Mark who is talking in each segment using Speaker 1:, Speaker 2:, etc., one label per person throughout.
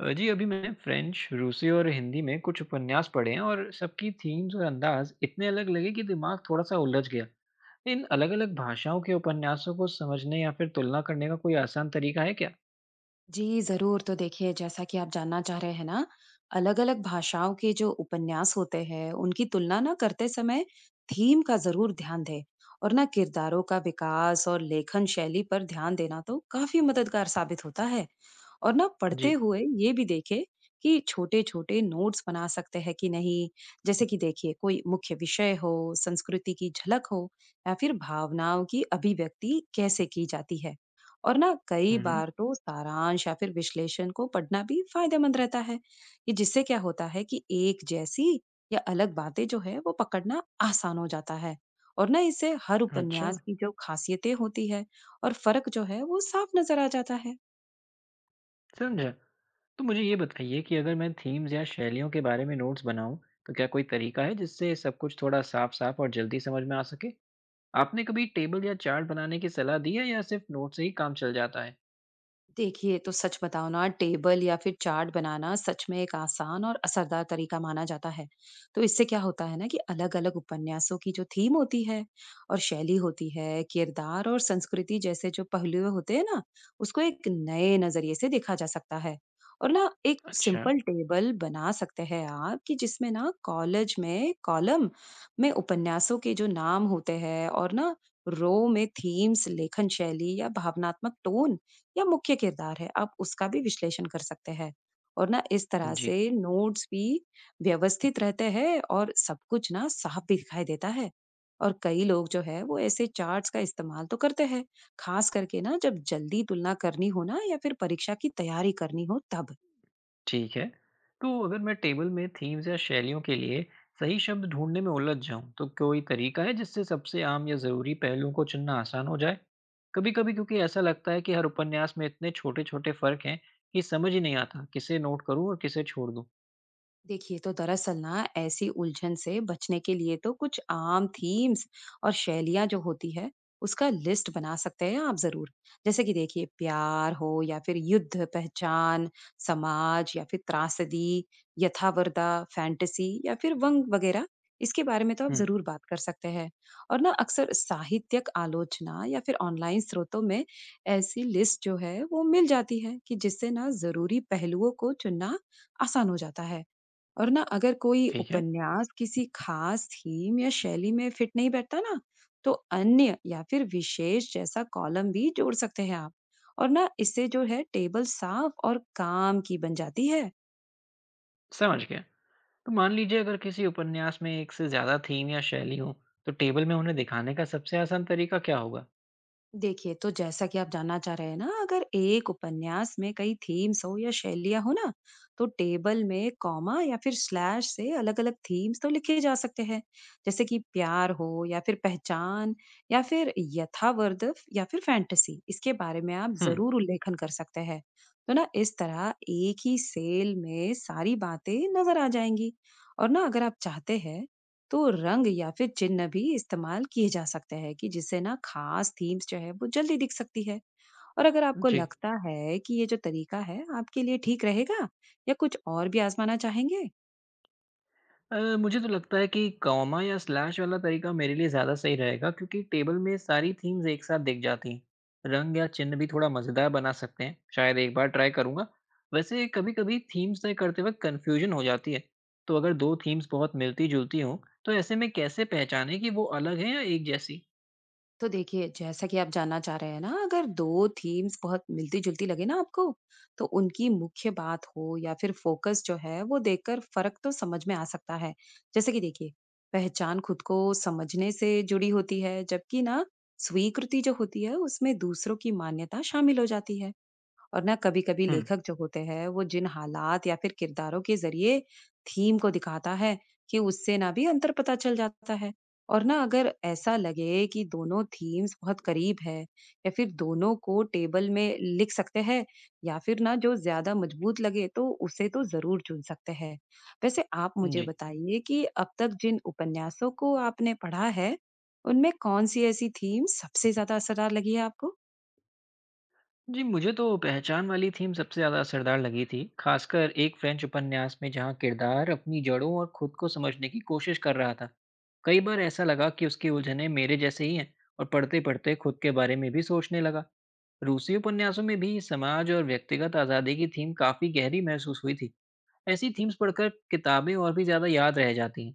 Speaker 1: जी, अभी मैंने फ़्रेंच, रूसी और हिंदी में कुछ उपन्यास पढ़े हैं और सबकी थीम्स और अंदाज़ इतने अलग लगे कि दिमाग थोड़ा-सा उलझ गया। इन अलग-अलग भाषाओं के उपन्यासों को समझने या फिर तुलना करने का कोई आसान तरीका है क्या?
Speaker 2: जी जरूर। तो देखिए, जैसा कि आप जानना चाह रहे हैं ना, अलग अलग भाषाओं के जो उपन्यास होते हैं उनकी तुलना ना करते समय थीम का जरूर ध्यान दें। और ना किरदारों का विकास और लेखन शैली पर ध्यान देना तो काफी मददगार साबित होता है। और ना पढ़ते
Speaker 1: जी।
Speaker 2: हुए ये भी देखें कि छोटे छोटे नोट्स बना सकते हैं कि नहीं। जैसे कि देखिए, कोई मुख्य विषय हो, संस्कृति की झलक हो, या फिर भावनाओं की अभिव्यक्ति कैसे की जाती है। और ना कई
Speaker 1: हुँ, हुँ।
Speaker 2: बार तो सारांश या फिर विश्लेषण को पढ़ना भी फायदेमंद रहता है। ये जिससे क्या होता है कि एक जैसी या अलग बातें जो है वो पकड़ना आसान हो जाता है। और ना इससे हर
Speaker 1: अच्छा,
Speaker 2: उपन्यास की जो खासियतें होती है और फर्क जो है वो साफ नजर आ जाता है।
Speaker 1: समझा। तो मुझे ये बताइए कि अगर मैं थीम्स या शैलियों के बारे में नोट्स बनाऊँ, तो क्या कोई तरीका है जिससे सब कुछ थोड़ा साफ-साफ और जल्दी समझ में आ सके? आपने कभी टेबल या चार्ट बनाने की सलाह दी है या सिर्फ़ नोट से ही काम चल जाता है?
Speaker 2: देखिए, तो सच बताओ ना, टेबल या फिर चार्ट बनाना सच में एक आसान और असरदार तरीका माना जाता है। तो इससे क्या होता है ना कि अलग-अलग उपन्यासों की जो थीम होती है और शैली होती है, किरदार और संस्कृति जैसे जो पहलू होते हैं ना, उसको एक नए नज़रिए से देखा जा सकता है। और ना एक
Speaker 1: अच्छा,
Speaker 2: सिंपल टेबल बना सकते हैं आप कि जिसमें ना कॉलेज में कॉलम में उपन्यासों के जो नाम होते हैं, और ना रो में थीम्स, लेखन शैली या भावनात्मक टोन या मुख्य किरदार है, आप उसका भी विश्लेषण कर सकते हैं। और ना इस तरह
Speaker 1: जी।
Speaker 2: से नोट्स भी व्यवस्थित रहते हैं और सब कुछ ना साफ भी दिखाई देता है। और कई लोग जो है वो ऐसे चार्ट्स का इस्तेमाल तो करते हैं, खास करके ना जब जल्दी तुलना करनी हो ना या फिर परीक्षा की तैयारी करनी हो तब।
Speaker 1: ठीक है। तो अगर मैं टेबल में थीम्स या शैलियों के लिए सही शब्द ढूँढने में उलझ जाऊँ, तो कोई तरीका है जिससे सबसे आम या ज़रूरी पहलुओं को चुनना आसान हो जाए? कभी-कभी क्योंकि ऐसा लगता है कि हर उपन्यास में इतने छोटे-छोटे फ़र्क हैं कि समझ ही नहीं आता, किसे नोट करूँ और किसे छोड़ दूँ।
Speaker 2: देखिए, तो दरअसल ना ऐसी उलझन से बचने के लिए तो कुछ आम थीम्स और शैलियां जो होती है उसका लिस्ट बना सकते हैं आप जरूर। जैसे कि देखिए, प्यार हो या फिर युद्ध, पहचान, समाज या फिर त्रासदी, यथावरदा, फैंटेसी या फिर वंग वगैरह, इसके बारे में तो आप
Speaker 1: हुँ,
Speaker 2: जरूर बात कर सकते हैं। और ना अक्सर साहित्यक आलोचना या फिर ऑनलाइन स्रोतों में ऐसी लिस्ट जो है वो मिल जाती है कि जिससे ना जरूरी पहलुओं को चुनना आसान हो जाता है। और ना अगर कोई
Speaker 1: ठीक है,
Speaker 2: उपन्यास किसी खास थीम या शैली में फिट नहीं बैठता ना, तो अन्य या फिर विशेष जैसा कॉलम भी जोड़ सकते हैं आप। और ना इससे जो है टेबल साफ और काम की बन जाती है।
Speaker 1: समझ गया। तो मान लीजिए अगर किसी उपन्यास में एक से ज़्यादा थीम या शैली हो, तो टेबल में उन्हें दिखाने का सबसे आसान तरीका क्या होगा?
Speaker 2: देखिए, तो जैसा कि आप जानना चाह रहे हैं ना, अगर एक उपन्यास में कई थीम्स हो या शैलियां हो ना, तो टेबल में कॉमा या फिर स्लैश से अलग अलग थीम्स तो लिखे जा सकते हैं। जैसे कि प्यार हो या फिर पहचान या फिर यथावर्ध या फिर फैंटेसी, इसके बारे में आप
Speaker 1: हुँ,
Speaker 2: जरूर उल्लेखन कर सकते हैं। तो ना इस तरह एक ही सेल में सारी बातें नजर आ जाएंगी। और ना अगर आप चाहते हैं तो रंग या फिर चिन्ह भी इस्तेमाल किए जा सकते हैं कि जिससे ना खास थीम्स जो है वो जल्दी दिख सकती है। और अगर आपको
Speaker 1: जी।
Speaker 2: लगता है कि ये जो तरीका है आपके लिए ठीक रहेगा या कुछ और भी आजमाना चाहेंगे
Speaker 1: मुझे तो लगता है कि कॉमा या स्लैश वाला तरीका मेरे लिए ज़्यादा सही रहेगा क्योंकि टेबल में सारी थीम्स एक साथ दिख जाती हैं। रंग या चिन्ह भी थोड़ा मज़ेदार बना सकते हैं। शायद एक बार ट्राई करूँगा। वैसे कभी-कभी थीम्स तय करते वक्त कन्फ्यूजन हो जाती है। तो अगर दो थीम्स बहुत मिलती-जुलती हों, तो ऐसे में कैसे पहचानें कि वो अलग हैं या एक जैसी?
Speaker 2: तो देखिए, जैसा कि आप जानना चाह रहे हैं ना, अगर 2 थीम्स बहुत मिलती-जुलती लगे ना आपको, तो उनकी मुख्य बात हो या फिर फ़ोकस जो है, वो देखकर फ़र्क तो समझ में आ सकता है। जैसे कि देखिए, पहचान खुद को समझने से जुड़ी होती है, जबकि ना स्वीकृति जो होती है, उसमें दूसरों की मान्यता शामिल हो जाती है। और ना कभी-कभी
Speaker 1: हम्म।
Speaker 2: लेखक जो होते हैं वो जिन हालात या फिर किरदारों के जरिए थीम को दिखाता है कि उससे ना भी अंतर पता चल जाता है। और ना अगर ऐसा लगे कि दोनों थीम्स बहुत करीब है, या फिर दोनों को टेबल में लिख सकते हैं, या फिर ना जो ज्यादा मजबूत लगे तो उसे तो जरूर चुन सकते हैं। वैसे आप मुझे
Speaker 1: जी।
Speaker 2: बताइए कि अब तक जिन उपन्यासों को आपने पढ़ा है उनमें कौन सी ऐसी थीम सबसे ज्यादा असरदार लगी है आपको?
Speaker 1: जी, मुझे तो पहचान वाली थीम सबसे ज़्यादा असरदार लगी थी, खासकर एक फ्रेंच उपन्यास में जहाँ किरदार अपनी जड़ों और खुद को समझने की कोशिश कर रहा था। कई बार ऐसा लगा कि उसकी उलझनें मेरे जैसे ही हैं और पढ़ते-पढ़ते खुद के बारे में भी सोचने लगा। रूसी उपन्यासों में भी समाज और व्यक्तिगत आज़ादी की थीम काफ़ी गहरी महसूस हुई थी। ऐसी थीम्स पढ़कर किताबें और भी ज़्यादा याद रह जाती हैं।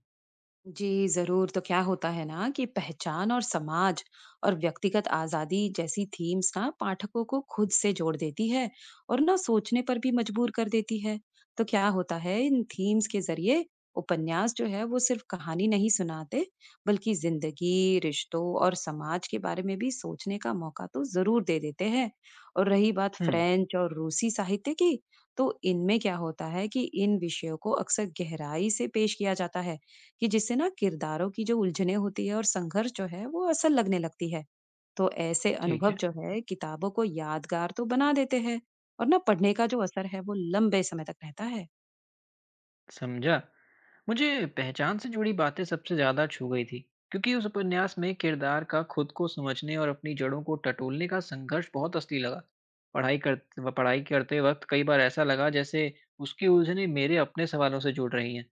Speaker 2: जी जरूर। तो क्या होता है ना कि पहचान और समाज और व्यक्तिगत आजादी जैसी थीम्स ना पाठकों को खुद से जोड़ देती है और ना सोचने पर भी मजबूर कर देती है। तो क्या होता है इन थीम्स के जरिए उपन्यास जो है वो सिर्फ कहानी नहीं सुनाते, बल्कि जिंदगी, रिश्तों और समाज के बारे में भी सोचने का मौका तो जरूर दे देते हैं। और रही बात
Speaker 1: हुँ,
Speaker 2: फ्रेंच और रूसी साहित्य की, तो इनमें क्या होता है कि इन विषयों को अक्सर गहराई से पेश किया जाता है कि जिससे ना किरदारों की जो उलझने होती है और संघर्ष जो है वो असल लगने लगती है। तो ऐसे
Speaker 1: ठीक
Speaker 2: अनुभव
Speaker 1: है।
Speaker 2: जो है किताबों को यादगार तो बना देते हैं। और ना पढ़ने का जो असर है वो लंबे समय तक रहता है।
Speaker 1: समझा। मुझे पहचान से जुड़ी बातें सबसे ज़्यादा छू गई थी, क्योंकि उस उपन्यास में किरदार का खुद को समझने और अपनी जड़ों को टटोलने का संघर्ष बहुत असली लगा। पढ़ाई कर व पढ़ाई करते वक़्त कई बार ऐसा लगा जैसे उसकी उलझनें मेरे अपने सवालों से जुड़ रही हैं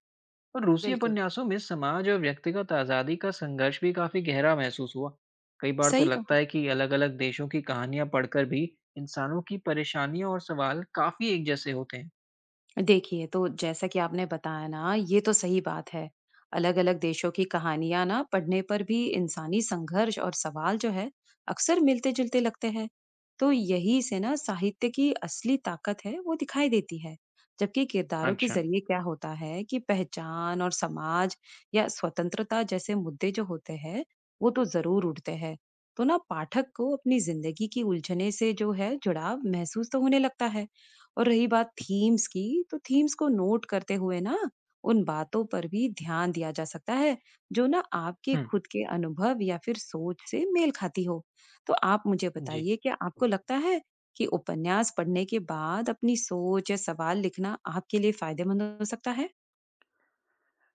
Speaker 1: और रूसी
Speaker 2: बिल्कुल
Speaker 1: उपन्यासों में समाज और व्यक्तिगत आज़ादी का संघर्ष भी काफ़ी गहरा महसूस हुआ। कई बार तो
Speaker 2: सही कहा।
Speaker 1: लगता है कि अलग-अलग देशों की कहानियाँ पढ़कर भी इंसानों की परेशानियाँ और सवाल काफ़ी एक जैसे होते हैं।
Speaker 2: देखिए, तो जैसा कि आपने बताया ना, ये तो सही बात है। अलग-अलग देशों की कहानियाँ ना पढ़ने पर भी इंसानी संघर्ष और सवाल जो है, अक्सर मिलते-जुलते लगते हैं। तो यही से ना साहित्य की असली ताकत है, वो दिखाई देती है। जबकि किरदारों के
Speaker 1: अच्छा।
Speaker 2: ज़रिए क्या होता है कि पहचान और समाज या स्वतंत्रता जैसे मुद्दे जो होते हैं, वो तो ज़रूर उठते हैं। तो ना पाठक को अपनी ज़िंदगी की उलझने से जो है जुड़ाव महसूस तो होने लगता है। और रही बात थीम्स की, तो थीम्स को नोट करते हुए ना उन बातों पर भी ध्यान दिया जा सकता है जो ना आपके
Speaker 1: हुँ।
Speaker 2: खुद के अनुभव या फिर सोच से मेल खाती हो। तो आप मुझे
Speaker 1: जी।
Speaker 2: बताइए, क्या आपको लगता है कि उपन्यास पढ़ने के बाद अपनी सोच या सवाल लिखना आपके लिए फायदेमंद हो सकता है?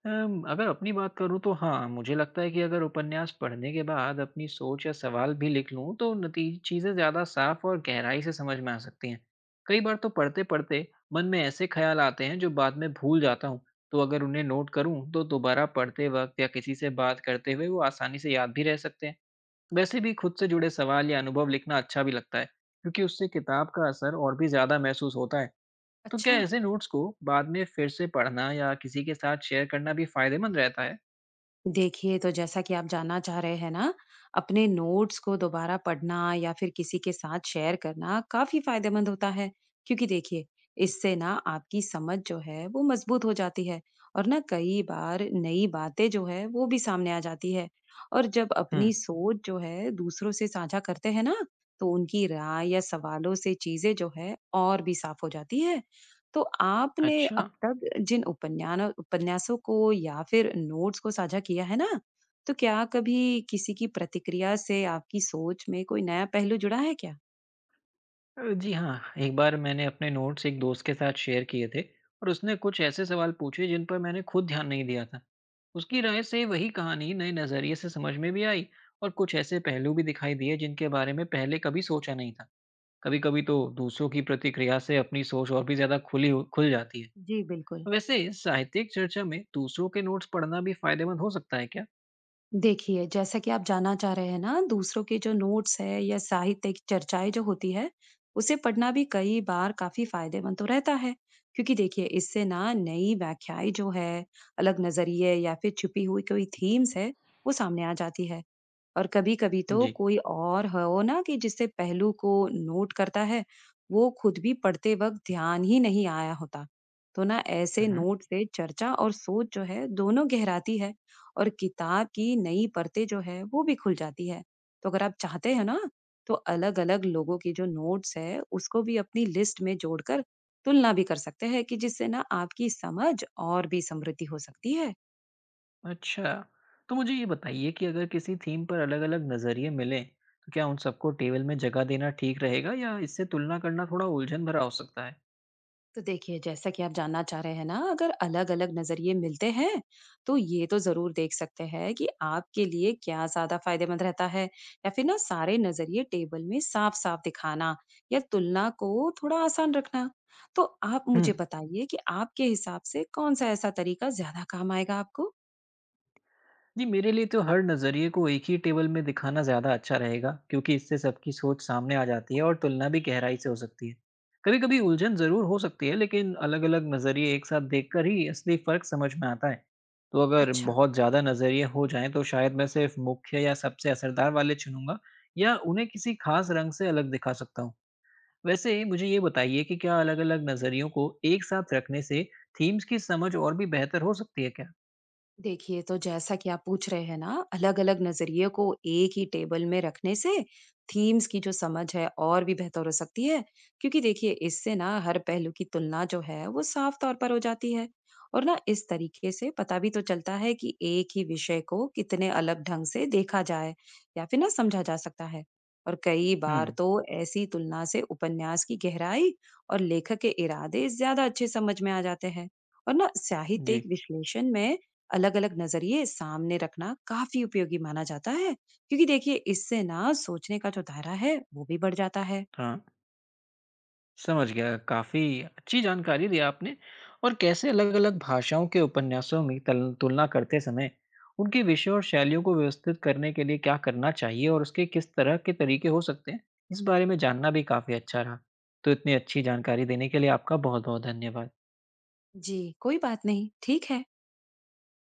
Speaker 1: अगर अपनी बात करूँ तो हाँ, मुझे लगता है कि अगर उपन्यास पढ़ने के बाद अपनी सोच या सवाल भी लिख लूँ तो नती चीज़ें ज़्यादा साफ और गहराई से समझ में आ सकती हैं। कई बार तो पढ़ते-पढ़ते मन में ऐसे ख्याल आते हैं जो बाद में भूल जाता हूँ, तो अगर उन्हें नोट करूँ तो दोबारा पढ़ते वक़्त या किसी से बात करते हुए वो आसानी से याद भी रह सकते हैं। वैसे भी खुद से जुड़े सवाल या अनुभव लिखना अच्छा भी लगता है, क्योंकि उससे किताब का असर और भी ज़्यादा महसूस होता है। तो क्या
Speaker 2: अच्छा।
Speaker 1: ऐसे नोट्स को बाद में फिर से पढ़ना या किसी के साथ शेयर करना भी फायदेमंद रहता है?
Speaker 2: देखिए, तो जैसा कि आप जानना चाह रहे हैं ना, अपने नोट्स को दोबारा पढ़ना या फिर किसी के साथ शेयर करना काफ़ी फ़ायदेमंद होता है। क्योंकि देखिए, इससे ना आपकी समझ जो है, वो मज़बूत हो जाती है और ना कई बार नई बातें जो है, वो भी सामने आ जाती है। और जब अपनी
Speaker 1: हम्म।
Speaker 2: सोच जो है, दूसरों से साझा करते हैं ना, तो उनकी राय या सवालों से चीज़ें जो है, और भी साफ़ हो जाती है। तो आपने अब
Speaker 1: अच्छा।
Speaker 2: तक जिन उपन्यान उपन्यासों को या फिर नोट्स को साझा किया है ना, तो क्या कभी किसी की प्रतिक्रिया से आपकी सोच में कोई नया पहलू जुड़ा है क्या?
Speaker 1: जी हाँ, एक बार मैंने अपने नोट्स एक दोस्त के साथ शेयर किए थे और उसने कुछ ऐसे सवाल पूछे जिन पर मैंने खुद ध्यान नहीं दिया था। उसकी राय से वही कहानी नए नज़रिए से समझ में भी आई और कुछ ऐसे पहलू भी दिखाई दिए जिनके बारे में पहले कभी सोचा नहीं था। कभी कभी तो दूसरों की प्रतिक्रिया से अपनी सोच और भी ज़्यादा खुल जाती है।
Speaker 2: जी, बिल्कुल।
Speaker 1: वैसे साहित्यिक चर्चा में दूसरों के नोट्स पढ़ना भी फायदेमंद हो सकता है क्या?
Speaker 2: देखिए, जैसा कि आप जानना चाह रहे हैं ना, दूसरों के जो नोट्स है या साहित्यिक चर्चाएँ जो होती है, उसे पढ़ना भी कई बार काफ़ी फ़ायदेमंद तो रहता है। क्योंकि देखिए, इससे ना नई व्याख्याएँ जो है, अलग नज़रिए या फिर छुपी हुई कोई थीम्स है, वो सामने आ जाती है। और कभी-कभी तो
Speaker 1: जी।
Speaker 2: कोई और हो ना कि जिससे पहलू को नोट करता है, वो खुद भी पढ़ते वक्त ध्यान ही नहीं आया होता। तो ना ऐसे
Speaker 1: हुँ, हुँ।
Speaker 2: नोट से चर्चा और सोच जो है दोनों गहराती है और किताब की नई परतें जो है वो भी खुल जाती है। तो अगर आप चाहते हैं ना, तो अलग-अलग लोगों की जो नोट्स है उसको भी अपनी लिस्ट में जोड़कर तुलना भी कर सकते हैं कि जिससे ना आपकी समझ और भी समृद्धि हो सकती है।
Speaker 1: अच्छा, तो मुझे ये बताइए कि अगर किसी थीम पर अलग-अलग नज़रिए मिलें, तो क्या उन सबको टेबल में जगह देना ठीक रहेगा या इससे तुलना करना थोड़ा उलझन भरा हो सकता है?
Speaker 2: तो देखिए, जैसा कि आप जानना चाह रहे हैं ना, अगर अलग अलग नजरिए मिलते हैं तो ये तो जरूर देख सकते हैं कि आपके लिए क्या ज्यादा फायदेमंद रहता है, या फिर ना सारे नजरिए टेबल में साफ साफ दिखाना, या तुलना को थोड़ा आसान रखना। तो आप
Speaker 1: हुँ।
Speaker 2: मुझे बताइए कि आपके हिसाब से कौन सा ऐसा तरीका ज्यादा काम आएगा आपको?
Speaker 1: जी, मेरे लिए तो हर नज़रिए को एक ही टेबल में दिखाना ज़्यादा अच्छा रहेगा, क्योंकि इससे सबकी सोच सामने आ जाती है और तुलना भी गहराई से हो सकती है। कभी-कभी उलझन ज़रूर हो सकती है, लेकिन अलग-अलग नज़रिए एक साथ देखकर ही असली फ़र्क समझ में आता है। तो अगर
Speaker 2: अच्छा।
Speaker 1: बहुत ज़्यादा नज़रिए हो जाएँ, तो शायद मैं सिर्फ़ मुख्य या सबसे असरदार वाले चुनूँगा या उन्हें किसी खास रंग से अलग दिखा सकता हूँ। वैसे मुझे ये बताइए कि क्या अलग-अलग नज़रियों को एक साथ रखने से थीम्स की समझ और भी बेहतर हो सकती है क्या?
Speaker 2: देखिए, तो जैसा कि आप पूछ रहे हैं ना, अलग अलग नजरिए को एक ही टेबल में रखने से थीम्स की जो समझ है और भी बेहतर हो सकती है। क्योंकि देखिए, इससे ना हर पहलू की तुलना जो है वो साफ तौर पर हो जाती है। और ना इस तरीके से पता भी तो चलता है कि एक ही विषय को कितने अलग ढंग से देखा जाए या फिर ना समझा जा सकता है। और कई बार
Speaker 1: हुँ,
Speaker 2: तो ऐसी तुलना से उपन्यास की गहराई और लेखक के इरादे ज्यादा अच्छे समझ में आ जाते हैं। और ना
Speaker 1: जी,
Speaker 2: साहित्यिक विश्लेषण में अलग-अलग नज़रिए सामने रखना काफ़ी उपयोगी माना जाता है, क्योंकि देखिए, इससे ना सोचने का जो दायरा है वो भी बढ़ जाता है।
Speaker 1: हाँ। समझ गया। काफ़ी अच्छी जानकारी दी आपने और कैसे अलग-अलग भाषाओं के उपन्यासों में तल तुलना करते समय उनके विषय और शैलियों को व्यवस्थित करने के लिए क्या करना चाहिए और उसके किस तरह के तरीके हो सकते हैं, इस बारे में जानना भी काफ़ी अच्छा रहा। तो इतनी अच्छी जानकारी देने के लिए आपका बहुत-बहुत धन्यवाद।
Speaker 2: जी कोई बात नहीं। ठीक है।